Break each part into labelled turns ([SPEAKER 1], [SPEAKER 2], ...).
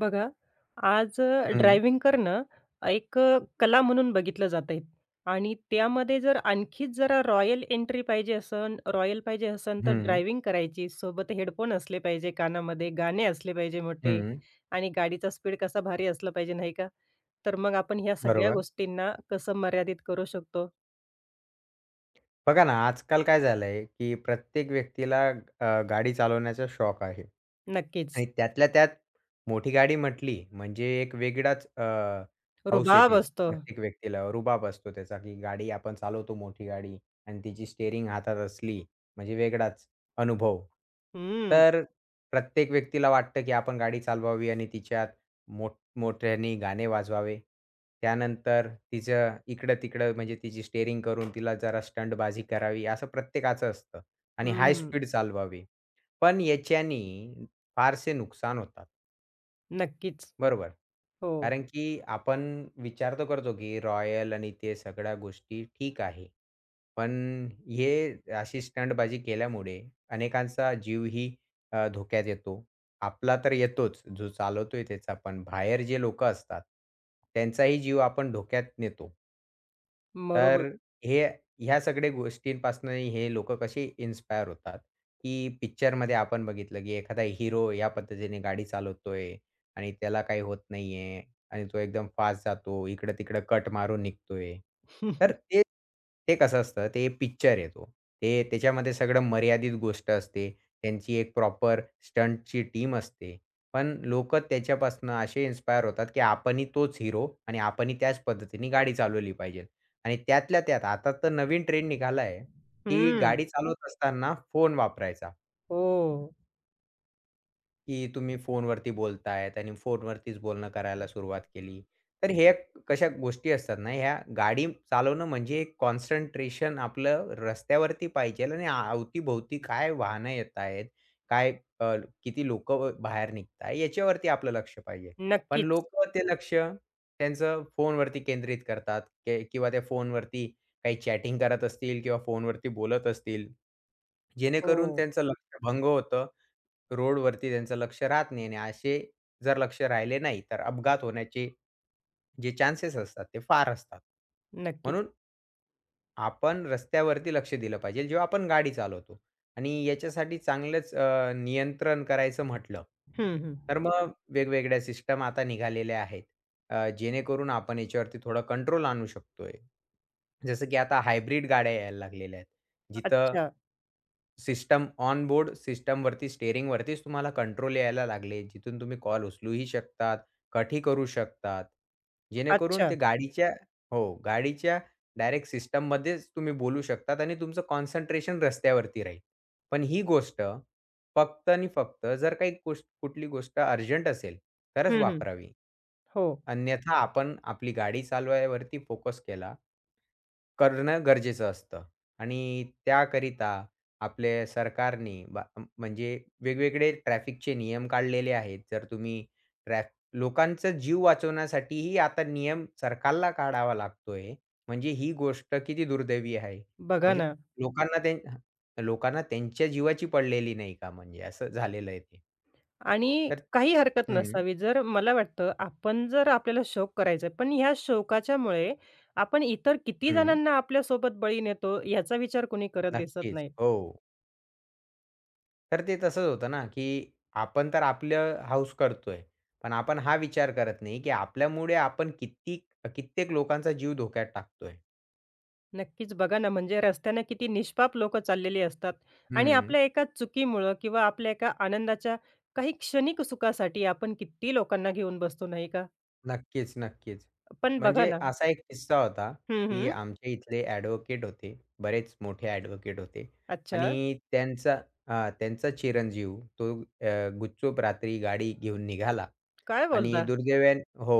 [SPEAKER 1] बघा,
[SPEAKER 2] हं,
[SPEAKER 1] ड्रायव्हिंग करणं एक कला म्हणून बघितलं जातंय आणि त्यामध्ये जर आणखीच जरा रॉयल एंट्री पाहिजे असन रॉयल पाहिजे असन, तर
[SPEAKER 2] हं,
[SPEAKER 1] ड्रायव्हिंग करायची. सोबत हेडफोन असले पाहिजे कानामध्ये, गाणे असले पाहिजे मोठे
[SPEAKER 2] हं.
[SPEAKER 1] आणि गाडीचा स्पीड कसा भारी असला पाहिजे, नाही का? तर मग आपण ह्या सगळ्या
[SPEAKER 2] बरोबर.
[SPEAKER 1] गोष्टींना कसं मर्यादित करू शकतो?
[SPEAKER 2] बघा ना, आजकाल काय झालंय, की प्रत्येक व्यक्तीला गाडी चालवण्याचा शौक आहे.
[SPEAKER 1] नक्कीच.
[SPEAKER 2] आणि त्यातल्या त्यात मोठी गाडी म्हटली म्हणजे एक वेगळाच हौस
[SPEAKER 1] रुबाब
[SPEAKER 2] येते
[SPEAKER 1] असतो.
[SPEAKER 2] प्रत्येक व्यक्तीला. रुबाब असतो त्याचा, की गाडी आपण चालवतो मोठी गाडी आणि तिची स्टीअरिंग हातात असली म्हणजे वेगळाच अनुभव.
[SPEAKER 1] हं.
[SPEAKER 2] तर प्रत्येक व्यक्तीला वाटतं, की आपण गाडी चालवावी आणि तिच्यात मोठ मोठ्याने गाणे वाजवावे. त्यानंतर तिचं इकडं-तिकडं म्हणजे तिची स्टीअरिंग करून तिला जरा स्टंटबाजी करावी, असं प्रत्येकाचं असतं
[SPEAKER 1] हं,
[SPEAKER 2] आणि हाय
[SPEAKER 1] हं.
[SPEAKER 2] स्पीड चालवावी. पण याच्याने फारसे नुकसान होतात.
[SPEAKER 1] नक्कीच.
[SPEAKER 2] बरोबर.
[SPEAKER 1] हो.
[SPEAKER 2] कारण की आपण विचार तर करतो, की रॉयल आणि ते सगळ्या गोष्टी ठीक आहे. पण हे अशी स्टंटबाजी केल्यामुळे अनेकांचा जीवही धोक्यात येतो. आपला तर येतोच, जो चालवतोय त्याचा, पण बाहेर जे लोकं असतात, त्यांचाही जीव आपण धोक्यात नेतो. तर
[SPEAKER 1] बरोबर.
[SPEAKER 2] हे ह्या सगळ्या गोष्टींपासनंही हे लोकं कसे इन्स्पायर होतात, की पिक्चरमध्ये आपण बघितलं, की एखादा हिरो या पद्धतीने गाडी चालवतोय आणि त्याला काही होत नाहीये आणि तो एकदम फास्ट जातो. इकडं-तिकडं कट मारून निघतोय. तर ते ते कसं असतं ते पिक्चर आहे तो. ते त्याच्यामध्ये सगळं मर्यादित गोष्ट असते. त्यांची एक प्रॉपर स्टंटची टीम असते. पण लोकं त्याच्यापासनं असे इन्स्पायर होतात, की आपणही तोच हिरो आणि आपणही त्याच पद्धतीने गाडी चालवली पाहिजे. आणि त्यातल्या त्यात आता तर नवीन ट्रेंड निघाला आहे, की
[SPEAKER 1] हं.
[SPEAKER 2] गाडी चालवत असताना फोन वापरायचा.
[SPEAKER 1] हो.
[SPEAKER 2] की तुम्ही फोनवरती बोलतायत आणि फोनवरतीच बोलणं करायला सुरुवात केली. तर हे कशा गोष्टी असतात ना, ह्या गाडी चालवणं म्हणजे एक कॉन्सन्ट्रेशन आपलं रस्त्यावरती पाहिजे आणि अवतीभोवती काय वाहनं येत आहेत, काय अ, किती लोकं बाहेर निघताय याच्यावरती आपलं लक्ष पाहिजे. पण
[SPEAKER 1] नक्कीच.
[SPEAKER 2] लोकं ते लक्ष त्यांचं फोनवरती केंद्रित करतात किंवा त्या फोनवरती काही चॅटिंग करत असतील किंवा फोनवरती बोलत असतील. जेणेकरून
[SPEAKER 1] हो,
[SPEAKER 2] त्यांचं लक्ष भंग होतं. रोडवरती त्यांचं लक्ष राहत नाही आणि असे जर लक्ष राहिले नाही, तर अपघात होण्याचे जे चान्सेस असतात ते फार असतात.
[SPEAKER 1] नक्कीच.
[SPEAKER 2] म्हणून आपण रस्त्यावरती लक्ष दिलं पाहिजे जेव्हा आपण गाडी चालवतो आणि याच्यासाठी चांगलंच नियंत्रण करायचं म्हटलं,
[SPEAKER 1] हं, हं.
[SPEAKER 2] तर मग वेगवेगळ्या सिस्टम आता निघालेल्या आहेत. जेणेकरून आपण याच्यावरती थोडं कंट्रोल आणू शकतोय. जसं की आता हायब्रिड गाड्या यायला लागलेल्या आहेत. जिथं
[SPEAKER 1] अच्छा,
[SPEAKER 2] सिस्टम ऑन बोर्ड सिस्टमवरती स्टिअरिंगवरतीच तुम्हाला कंट्रोल यायला लागले, जिथून तुम्ही कॉल उचलूही शकतात, कटही करू शकतात. जेणेकरून
[SPEAKER 1] अच्छा.
[SPEAKER 2] ते गाडीच्या हो, गाडीच्या डायरेक्ट सिस्टममध्येच तुम्ही बोलू शकतात आणि तुमचं कॉन्सन्ट्रेशन रस्त्यावरती राहील. पण ही गोष्ट फक्त आणि फक्त जर काही गोष्ट कुठली गोष्ट अर्जंट असेल, तरच
[SPEAKER 1] हं, हं.
[SPEAKER 2] वापरावी.
[SPEAKER 1] हो,
[SPEAKER 2] अन्यथा आपण आपली गाडी चालवायवरती फोकस केला, करणं गरजेचं असतं आणि त्याकरिता आपले सरकारने म्हणजे वेगवेगळे ट्रॅफिकचे नियम काढलेले आहेत. जर तुम्ही ट्रॅफ लोकांचा जीव वाचवण्यासाठीही आता नियम सरकारला काढावा लागतोय. म्हणजे ही गोष्ट किती दुर्दैवी आहे.
[SPEAKER 1] बघा
[SPEAKER 2] म्हणजे
[SPEAKER 1] ना
[SPEAKER 2] लोकांना लोकांना त्यांच्या जीवाची पडलेली नाही का म्हणजे असं झालेलं आहे ते.
[SPEAKER 1] आणि
[SPEAKER 2] तर
[SPEAKER 1] काही हरकत
[SPEAKER 2] हं,
[SPEAKER 1] नसावी. जर मला वाटतं आपण जर आपल्याला शोक करायचा आहे, पण ह्या शौकाच्यामुळे आपण इतर किती
[SPEAKER 2] हं.
[SPEAKER 1] जणांना आपल्यासोबत बळी नेतो याचा विचार कोणी करत दिसत
[SPEAKER 2] नक्कीच.
[SPEAKER 1] नाही.
[SPEAKER 2] हो. तर ते तसंच होतं ना, की आपण तर आपलं हौस करतोय. पण आपण हा विचार करत नाही, की आपल्यामुळे आपण कित्येक लोकांचा जीव धोक्यात टाकतोय.
[SPEAKER 1] नक्कीच बघा ना, म्हणजे रस्त्यानं किती निष्पाप लोकं चाललेली असतात आणि
[SPEAKER 2] हं.
[SPEAKER 1] आपल्या एका चुकीमुळं किंवा आपल्या एका आनंदाच्या काही क्षणिक सुखासाठी आपण किती लोकांना घेऊन बसतो, नाही का?
[SPEAKER 2] नक्कीच, नक्कीच.
[SPEAKER 1] पण बघा
[SPEAKER 2] म्हणजे
[SPEAKER 1] ना.
[SPEAKER 2] असा एक किस्सा होता,
[SPEAKER 1] हं,
[SPEAKER 2] की
[SPEAKER 1] हं.
[SPEAKER 2] आमच्या इथले ॲडव्होकेट होते. बरेच मोठे ॲडव्होकेट होते
[SPEAKER 1] अच्छा.
[SPEAKER 2] आणि त्यांचा हां, त्यांचा चिरंजीव तो गुपचूप रात्री गाडी घेऊन निघाला
[SPEAKER 1] काय
[SPEAKER 2] आणि
[SPEAKER 1] बोलता?
[SPEAKER 2] दुर्दैवाने हो.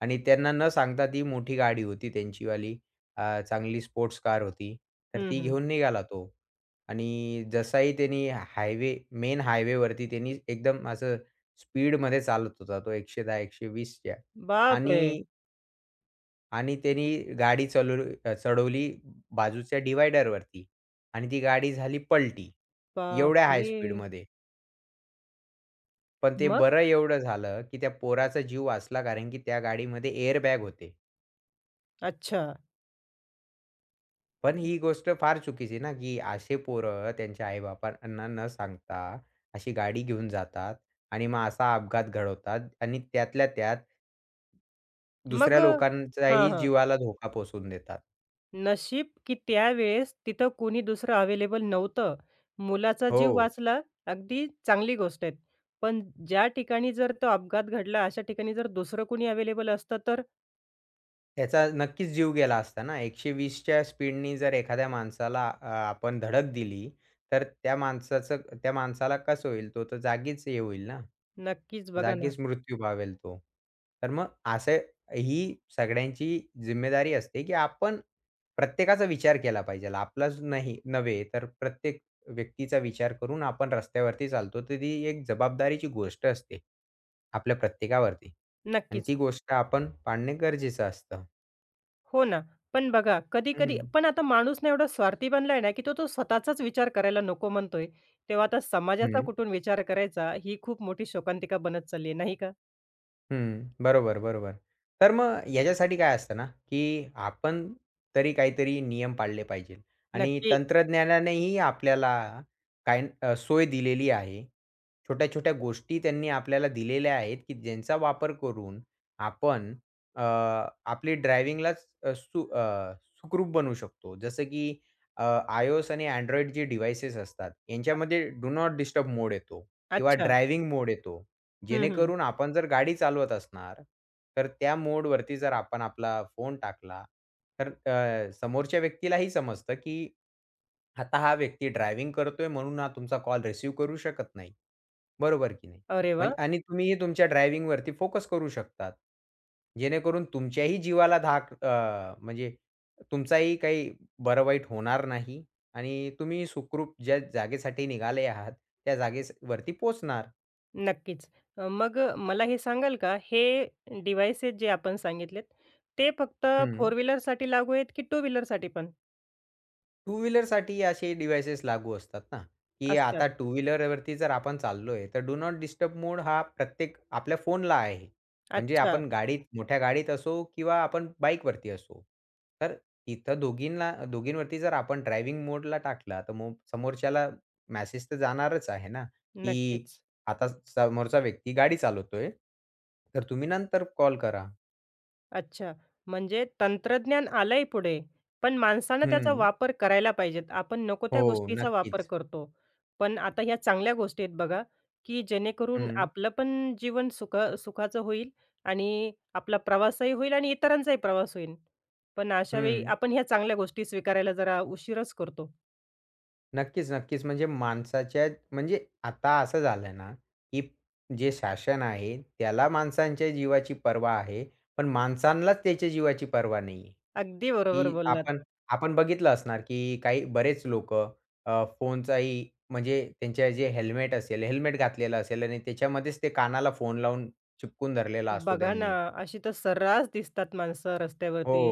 [SPEAKER 2] आणि त्यांना न सांगता ती मोठी गाडी होती त्यांचीवाली. चांगली स्पोर्ट्स कार होती. तर
[SPEAKER 1] हं,
[SPEAKER 2] ती
[SPEAKER 1] हं.
[SPEAKER 2] घेऊन निघाला तो आणि जसाही त्यांनी मेन हायवेवरती त्यांनी एकदम असं स्पीडमध्ये चालत होता तो 110-120च्या.
[SPEAKER 1] बापरे!
[SPEAKER 2] आणि आणि त्यांनी गाडी चढवली बाजूच्या डिव्हायडरवरती आणि ती गाडी झाली पलटी. एवढ्या हाय
[SPEAKER 1] बापरे!
[SPEAKER 2] स्पीडमध्ये. पण ते
[SPEAKER 1] मग?
[SPEAKER 2] बरं एवढं झालं, की त्या पोराचा जीव वाचला कारण की त्या गाडीमध्ये एअरबॅग होते.
[SPEAKER 1] अच्छा.
[SPEAKER 2] पण ही गोष्ट फार चुकीची ना, की असे पोरं त्यांच्या आई न सांगता अशी गाडी घेऊन जातात आणि मग असा अपघात घडवतात आणि त्यातल्या त्यात
[SPEAKER 1] मग
[SPEAKER 2] दुसऱ्या
[SPEAKER 1] अ, हां,
[SPEAKER 2] लोकांच्याही
[SPEAKER 1] हां.
[SPEAKER 2] जीवाला धोका पोहचवून देतात.
[SPEAKER 1] नशीब की त्यावेळेस तिथं कोणी दुसरं अवेलेबल नव्हतं. मुलाचा
[SPEAKER 2] हो.
[SPEAKER 1] जीव वाचला, अगदी चांगली गोष्ट आहे. पण ज्या ठिकाणी जर तो अपघात घडला, अशा ठिकाणी जर दुसरं कोणी अवेलेबल असतं तर?
[SPEAKER 2] ह्याचा नक्कीच जीव गेला असता ना. 120च्या स्पीडनी जर एखाद्या माणसाला आपण धडक दिली, तर त्या माणसाला कसं होईल? तो तर जागीच हे होईल ना,
[SPEAKER 1] नक्कीच बघा ना.
[SPEAKER 2] जागीच मृत्यू पावेल तो. तर मग असं ही सगळ्यांची जिम्मेदारी असते, की आपण प्रत्येकाचा विचार केला पाहिजे. आपलाच नाही नव्हे, तर प्रत्येक व्यक्तीचा विचार करून आपण रस्त्यावरती चालतो. तर ती एक जबाबदारीची गोष्ट असते आपल्या प्रत्येकावरती आणि
[SPEAKER 1] नक्कीच.
[SPEAKER 2] ती गोष्ट आपण पाळणे गरजेचं असतं.
[SPEAKER 1] हो ना. पण बघा कधी-कधी
[SPEAKER 2] हं.
[SPEAKER 1] पण आता माणूस ना एवढा स्वार्थी बनलाय ना, की तो तो स्वतःचाच विचार करायला नको म्हणतोय. तेव्हा आता समाजाचा
[SPEAKER 2] हं,
[SPEAKER 1] कुठून विचार करायचा ही खूप मोठी शोकांतिका बनत चालली आहे, नाही का?
[SPEAKER 2] हं. बरोबर, बरोबर. तर मग याच्यासाठी काय असतं ना, की आपण तरी काहीतरी नियम पाळले पाहिजेत आणि
[SPEAKER 1] नक्की.
[SPEAKER 2] तंत्रज्ञानानेही आपल्याला सोय दिलेली आहे. छोट्या-छोट्या गोष्टी त्यांनी आपल्याला दिलेल्या आहेत, की ज्यांचा वापर करून आपण अ, आपली ड्रायव्हिंगलाच अ, सु अ, सुखरूप बनवू शकतो. जसं की अ, iOS आणि Android जे डिव्हाइसेस असतात,
[SPEAKER 1] अ,
[SPEAKER 2] यांच्यामध्ये डू नॉट डिस्टर्ब मोड येतो किंवा
[SPEAKER 1] अच्छा.
[SPEAKER 2] ड्रायव्हिंग मोड येतो.
[SPEAKER 1] हं, हं.
[SPEAKER 2] जेणेकरून आपण जर गाडी चालवत असणार, तर त्या मोडवरती जर आपण आपला फोन टाकला, तर समोरच्या व्यक्तीलाही समजतं, की आता हा व्यक्ती ड्रायव्हिंग करतोय म्हणून हा तुमचा कॉल रिसीव्ह करू शकत नाही. बरोबर की नाही?
[SPEAKER 1] अरे वाह!
[SPEAKER 2] म्हणजे आणि तुम्हीही तुमच्या ड्रायव्हिंगवरती फोकस करू शकतात. जेणेकरून तुमच्याही जीवाला म्हणजे तुमचाही काही बरं-वाईट होणार नाही आणि तुम्ही सुखरूप ज्या जागेसाठी निघाले आहात, त्या जागेवरती पोहोचणार.
[SPEAKER 1] नक्कीच. मग मला हे सांगाल का हे डिव्हाइसेस जे आपण सांगितलेत, ते फक्त
[SPEAKER 2] हं.
[SPEAKER 1] फोर व्हीलरसाठी लागू आहेत, की टू व्हीलरसाठी पण
[SPEAKER 2] टू व्हीलरसाठी असे डिव्हाइसेस लागू असतात ना, की आता
[SPEAKER 1] असतात?
[SPEAKER 2] टू व्हीलरवरती जर आपण चाललोय, तर डू नॉट डिस्टर्ब मोड हा प्रत्येक आपल्या फोनला आहे. म्हणजे
[SPEAKER 1] अच्छा.
[SPEAKER 2] आपण गाडीत मोठ्या गाडीत असो किंवा आपण बाईकवरती असो. तर तिथं दोघींना दोघींवरती जर आपण ड्रायव्हिंग मोडला टाकला, तर मग समोरच्याला मेसेज तर जाणारच आहे ना, की
[SPEAKER 1] नक्कीच.
[SPEAKER 2] आता समोरचा व्यक्ती गाडी चालवतोय, तर तुम्ही नंतर कॉल करा.
[SPEAKER 1] अच्छा. म्हणजे तंत्रज्ञान आलंय पुढे, पण माणसानं त्याचा
[SPEAKER 2] हं.
[SPEAKER 1] वापर करायला पाहिजेत. आपण नको त्या
[SPEAKER 2] हो,
[SPEAKER 1] गोष्टीचा वापर
[SPEAKER 2] नक्कीच.
[SPEAKER 1] करतो. पण आता ह्या चांगल्या गोष्टी आहेत बघा, की जेणेकरून
[SPEAKER 2] हं,
[SPEAKER 1] आपलं पण जीवन सुख सुखाचं होईल आणि आपला प्रवासही होईल आणि इतरांचाही प्रवास होईल. पण अशा वेळी
[SPEAKER 2] हं.
[SPEAKER 1] आपण ह्या चांगल्या गोष्टी स्वीकारायला जरा उशीरच करतो.
[SPEAKER 2] नक्कीच, नक्कीच. म्हणजे माणसाच्या म्हणजे आता असं झालं ना, की जे शासन आहे, त्याला माणसांच्या जीवाची पर्वा आहे, पण माणसांनाच त्याच्या जीवाची पर्वा नाही आहे.
[SPEAKER 1] अगदी बरोबर
[SPEAKER 2] की
[SPEAKER 1] बोललात.
[SPEAKER 2] आपण आपण बघितलं असणार, की काही बरेच लोकं फोनचाही म्हणजे त्यांचे जे हेल्मेट असेल, हेल्मेट घातलेलं असेल आणि त्याच्यामध्येच ते कानाला फोन लावून चिपकून धरलेला असतो
[SPEAKER 1] बघा ना,
[SPEAKER 2] त्यांनी.
[SPEAKER 1] अशी तर सर्रास दिसतात माणसं
[SPEAKER 2] हो.
[SPEAKER 1] रस्त्यावरती.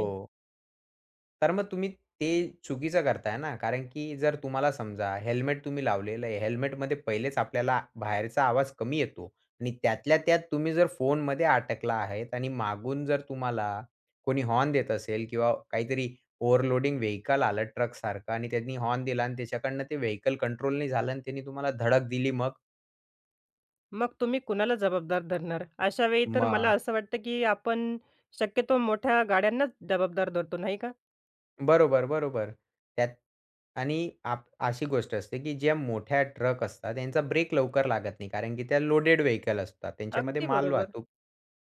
[SPEAKER 2] तर मग तुम्ही ते चुकीचं करताय ना, कारण की जर तुम्हाला समजा हेल्मेट तुम्ही लावलेलं आहे. हेल्मेटमध्ये पहिलेच आपल्याला बाहेरचा आवाज कमी येतो आणि त्यातल्या त्यात तुम्ही जर फोनमध्ये अटकला आहेत आणि मागून जर तुम्हाला कोणी हॉर्न देत असेल किंवा काहीतरी ओव्हरलोडिंग व्हेइकल आलं ट्रकसारखं आणि त्यांनी हॉर्न दिला आणि त्याच्याकडनं ते व्हेइकल कंट्रोल नाही झालं आणि त्यांनी तुम्हाला धडक दिली मग?
[SPEAKER 1] मग तुम्ही कुणाला जबाबदार धरणार? अशा वेळी तर मला
[SPEAKER 2] मग
[SPEAKER 1] असं वाटतं, की आपण शक्यतो मोठ्या गाड्यांनाच जबाबदार धरतो, नाही का?
[SPEAKER 2] बरोबर, बरोबर. त्यात आणि आप अशी गोष्ट असते, की ज्या मोठ्या ट्रक असतात त्यांचा ब्रेक लवकर लागत नाही. कारण की त्या लोडेड व्हेइकल असतात. त्यांच्यामध्ये
[SPEAKER 1] अगदी बरोबर.
[SPEAKER 2] मालवाहतूक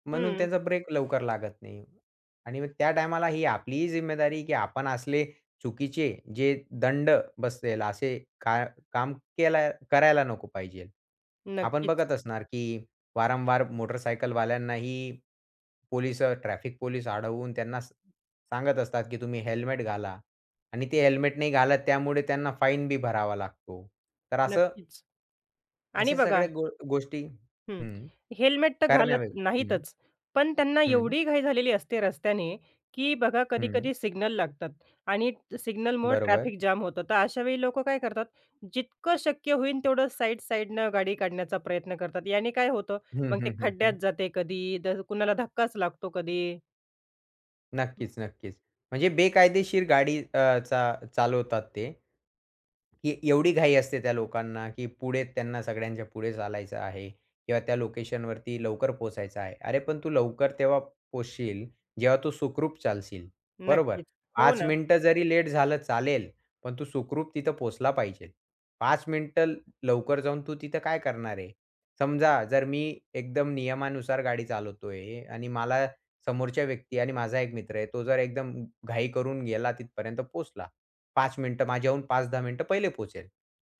[SPEAKER 2] म्हणून
[SPEAKER 1] हं.
[SPEAKER 2] त्यांचा ब्रेक लवकर लागत नाही. आणि मग त्या टायमाला ही आपलीही जिम्मेदारी, की आपण असले चुकीचे जे दंड बसेल असे का काम करायला नको पाहिजे. आपण
[SPEAKER 1] नक्कीच,
[SPEAKER 2] बघत असणार, की वारंवार मोटरसायकलवाल्यांनाही ट्रॅफिक पोलिस अडवून त्यांना सांगत असतात, की तुम्ही हेल्मेट घाला आणि ते हेल्मेट नाही घालत त्यामुळे त्यांना फाईन भरावा लागतो. तर असं
[SPEAKER 1] नक्कीच. आणि
[SPEAKER 2] अशा
[SPEAKER 1] बघा.
[SPEAKER 2] सगळ्या गोष्टी
[SPEAKER 1] हं.
[SPEAKER 2] हं.
[SPEAKER 1] हेल्मेट तर घालत
[SPEAKER 2] करण्यावे हं,
[SPEAKER 1] नाहीतच. पण त्यांना
[SPEAKER 2] हं,
[SPEAKER 1] एवढी घाई झालेली असते रस्त्याने, की बघा
[SPEAKER 2] हं.
[SPEAKER 1] कधी-कधी सिग्नल लागतात आणि सिग्नलमुळं
[SPEAKER 2] बरोबर.
[SPEAKER 1] ट्रॅफिक जाम होतं. तर अशावेळी लोकं काय करतात, जितकं शक्य होईल तेवढं साइड साइडनं गाडी काढण्याचा प्रयत्न करतात. याने काय होतं,
[SPEAKER 2] हं,
[SPEAKER 1] मग ते
[SPEAKER 2] हं, हं,
[SPEAKER 1] खड्ड्यात
[SPEAKER 2] हं.
[SPEAKER 1] जाते कधी, तर कुणाला धक्काच लागतो कधी.
[SPEAKER 2] नक्कीच, नक्कीच. म्हणजे बेकायदेशीर गाडी अ, चा चालवतात ते. की एवढी घाई असते त्या लोकांना, की पुढे त्यांना सगळ्यांच्या पुढे चालायचं आहे किंवा त्या लोकेशनवरती लवकर पोहोचायचं आहे. अरे, पण तू लवकर तेव्हा पोहोचशील, जेव्हा तू सुखरूप चालशील, बरोबर?
[SPEAKER 1] नक्कीच. हो
[SPEAKER 2] 5
[SPEAKER 1] ना.
[SPEAKER 2] मिनिटं जरी लेट झालं चालेल, पण तू सुखरूप तिथं पोहोचला पाहिजे. 5 मिनिटं लवकर जाऊन तू तिथं काय करणार आहे? समजा जर मी एकदम नियमानुसार गाडी चालवतोय आणि मला समोरच्या व्यक्ती आणि माझा एक मित्र आहे, तो जर एकदम घाई करून गेला तिथपर्यंत पोहोचला. 5 मिनिटं माझ्याहून 5-10 मिनिटं पहिले पोहोचेल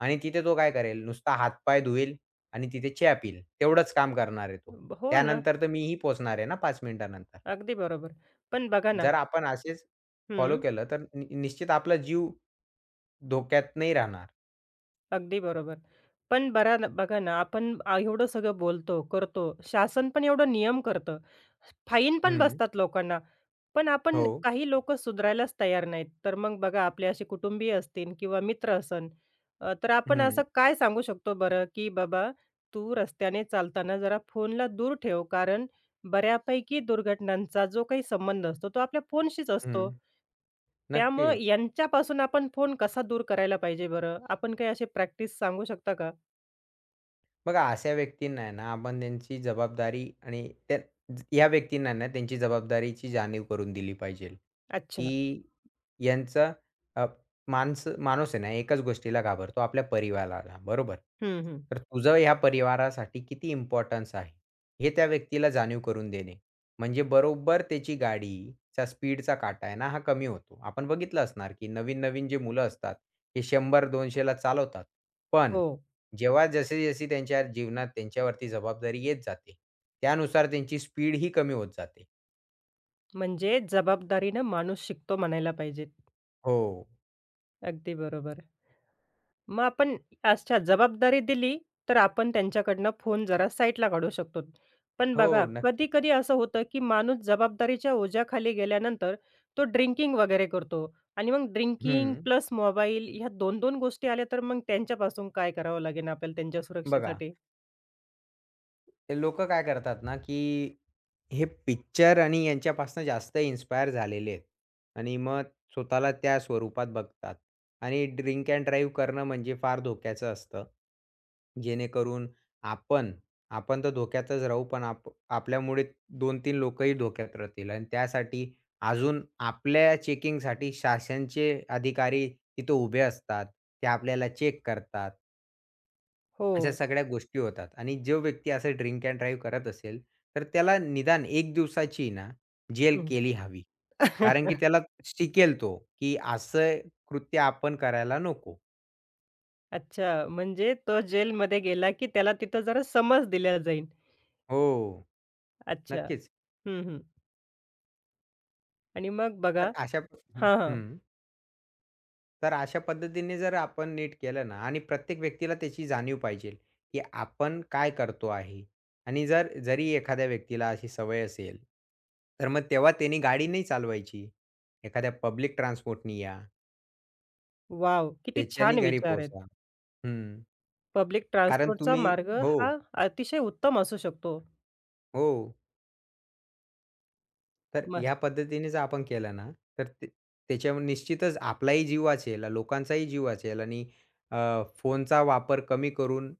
[SPEAKER 2] आणि तिथे तो काय करेल, नुसता हातपाय धुईल आणि तिथे चहा पिईल. तेवढंच काम करणार आहे तो.
[SPEAKER 1] ब- हो ना.
[SPEAKER 2] त्यानंतर तर मीही पोहोचणार आहे ना 5 मिनिटानंतर.
[SPEAKER 1] अगदी बरोबर. पण बघा ना.
[SPEAKER 2] जर आपण असेच फॉलो
[SPEAKER 1] हं.
[SPEAKER 2] केलं तर निश्चित आपला जीव धोक्यात नाही राहणार.
[SPEAKER 1] अगदी बरोबर. पण बरा बघा ना, एवढं सगळं बोलतो, करतो. शासन पण एवढं नियम करतं. फाईन पण
[SPEAKER 2] हं.
[SPEAKER 1] बसतात लोकांना. पण आपण
[SPEAKER 2] हो.
[SPEAKER 1] काही लोक सुधारायलाच तयार नाहीत. तर मग बघा आपले असे कुटुंबीय असतील किंवा मित्र असन, तर आपण
[SPEAKER 2] हं,
[SPEAKER 1] असं काय सांगू शकतो बरं, की "बाबा, तू रस्त्याने चालताना जरा फोनला दूर ठेव." कारण बऱ्यापैकी दुर्घटनांचा जो काही संबंध असतो, तो आपल्या फोनशीच असतो.
[SPEAKER 2] हं.
[SPEAKER 1] त्यामुळं
[SPEAKER 2] नक्कीच.
[SPEAKER 1] यांच्यापासून आपण फोन कसा दूर करायला पाहिजे बरं? आपण काही असे प्रॅक्टिस सांगू शकता का?
[SPEAKER 2] बघा अशा व्यक्तींना आहे ना, आपण त्यांची जबाबदारी आणि त्या या व्यक्तींना आहे ना, त्यांची जबाबदारीची जाणीव करून दिली पाहिजे,
[SPEAKER 1] अच्छा.
[SPEAKER 2] की यांचं अ, माणसं माणूस आहे ना, एकाच गोष्टीला घाबरतो आपल्या परिवाराला, बरोबर?
[SPEAKER 1] हं, हं.
[SPEAKER 2] तर तुझं ह्या परिवारासाठी किती इम्पोर्टन्स आहे, हे त्या व्यक्तीला जाणीव करून देणे. म्हणजे बरोबर त्याची गाडीचा स्पीडचा काटा आहे ना, हा कमी होतो. आपण बघितलं असणार, की नवीन-नवीन जे मुलं असतात, हे 100-200 चालवतात. पण
[SPEAKER 1] हो.
[SPEAKER 2] जेव्हा जशी-जशी त्यांच्या जीवनात त्यांच्यावरती जबाबदारी येत जाते, त्यानुसार त्यांची स्पीड ही कमी होत जाते.
[SPEAKER 1] म्हणजे जबाबदारीनं माणूस शिकतो म्हणायला पाहिजे.
[SPEAKER 2] हो.
[SPEAKER 1] अगदी बरोबर. मग आपण अच्छा जबाबदारी दिली, तर आपण त्यांच्याकडनं फोन जरा साईडला काढू शकतो. पण बघा
[SPEAKER 2] हो, नक्कीच.
[SPEAKER 1] कधी-कधी असं होतं, की माणूस जबाबदारीच्या ओझ्याखाली गेल्यानंतर तो ड्रिंकिंग वगैरे करतो आणि मग
[SPEAKER 2] हं,
[SPEAKER 1] ड्रिंकिंग प्लस मोबाईल ह्या 2-2 गोष्टी आल्या, तर मग त्यांच्यापासून काय करावं लागेल आपल्याला त्यांच्या
[SPEAKER 2] बघा
[SPEAKER 1] सुरक्षेसाठी?
[SPEAKER 2] ते लोकं काय करतात ना, की हे पिक्चर आणि यांच्यापासून जास्त इन्स्पायर झालेले आहेत आणि मग स्वतःला त्या स्वरूपात बघतात आणि ड्रिंक अँड ड्राईव्ह करणं म्हणजे फार धोक्याचं असतं. जेणेकरून आपण, आपण तर धोक्यातच राहू, पण आपल्यामुळे 2-3 लोकही धोक्यात राहतील आणि त्यासाठी अजून आपल्या चेकिंगसाठी शासनचे अधिकारी तिथे उभे असतात. ते आपल्याला चेक करतात.
[SPEAKER 1] हो.
[SPEAKER 2] अशा सगळ्या गोष्टी होतात आणि जो व्यक्ती असं ड्रिंक अँड ड्राईव्ह करत असेल, तर त्याला निदान 1 दिवसाची ना जेल
[SPEAKER 1] हं.
[SPEAKER 2] केली हवी. कारण की त्याला शिकेल तो, की असं कृत्य आपण करायला नको.
[SPEAKER 1] अच्छा, म्हणजे तो जेलमध्ये गेला, की त्याला तिथं जरा समज दिल्या जाईल.
[SPEAKER 2] हो,
[SPEAKER 1] अच्छा.
[SPEAKER 2] नक्कीच.
[SPEAKER 1] हं, हं. आणि मग बघा.
[SPEAKER 2] तर अशा प- हं,
[SPEAKER 1] हां, हां.
[SPEAKER 2] हं. तर अशा पद्धतीने जर आपण नीट केलं ना आणि प्रत्येक व्यक्तीला त्याची जाणीव पाहिजे, की आपण काय करतो आहे आणि जर जरी एखाद्या व्यक्तीला अशी सवय असेल, तर मग तेव्हा त्यानी गाडी नाही चालवायची. एखाद्या पब्लिक ट्रान्सपोर्टनी या.
[SPEAKER 1] वॉव! किती
[SPEAKER 2] त्याच्याने
[SPEAKER 1] छान
[SPEAKER 2] घरी
[SPEAKER 1] विचार आहेत.
[SPEAKER 2] पोहोचा. हं.
[SPEAKER 1] पब्लिक
[SPEAKER 2] कारण
[SPEAKER 1] ट्रान्सपोर्टचा
[SPEAKER 2] तुम्ही
[SPEAKER 1] मार्ग
[SPEAKER 2] हो,
[SPEAKER 1] हा अतिशय उत्तम असू शकतो.
[SPEAKER 2] हो. तर
[SPEAKER 1] मस्त.
[SPEAKER 2] ह्या पद्धतीने जर आपण केलं ना, तर ते त्याच्यावर निश्चितच आपलाही जीव वाचेल, लोकांचाही जीव वाचेल आणि फोनचा वापर कमी करून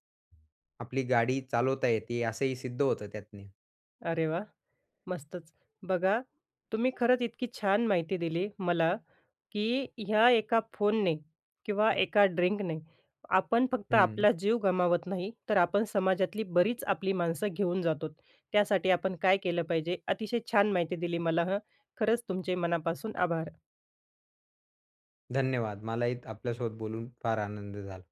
[SPEAKER 2] आपली गाडी चालवता येते असंही सिद्ध होतं त्यातने.
[SPEAKER 1] अरे वाह! मस्तच. बघा, तुम्ही खरंच इतकी छान माहिती दिली मला, की ह्या एका फोनने किंवा एका ड्रिंकने आपण फक्त
[SPEAKER 2] हं.
[SPEAKER 1] आपला जीव गमावत नाही, तर आपण समाजातली बरीच आपली माणसं घेऊन जातो. त्यासाठी आपण काय केलं पाहिजे? अतिशय छान माहिती दिली मला हं. खरंच तुमचे मनापासून आभार.
[SPEAKER 2] धन्यवाद. मलाही आपल्यासोबत बोलून फार आनंद झाला.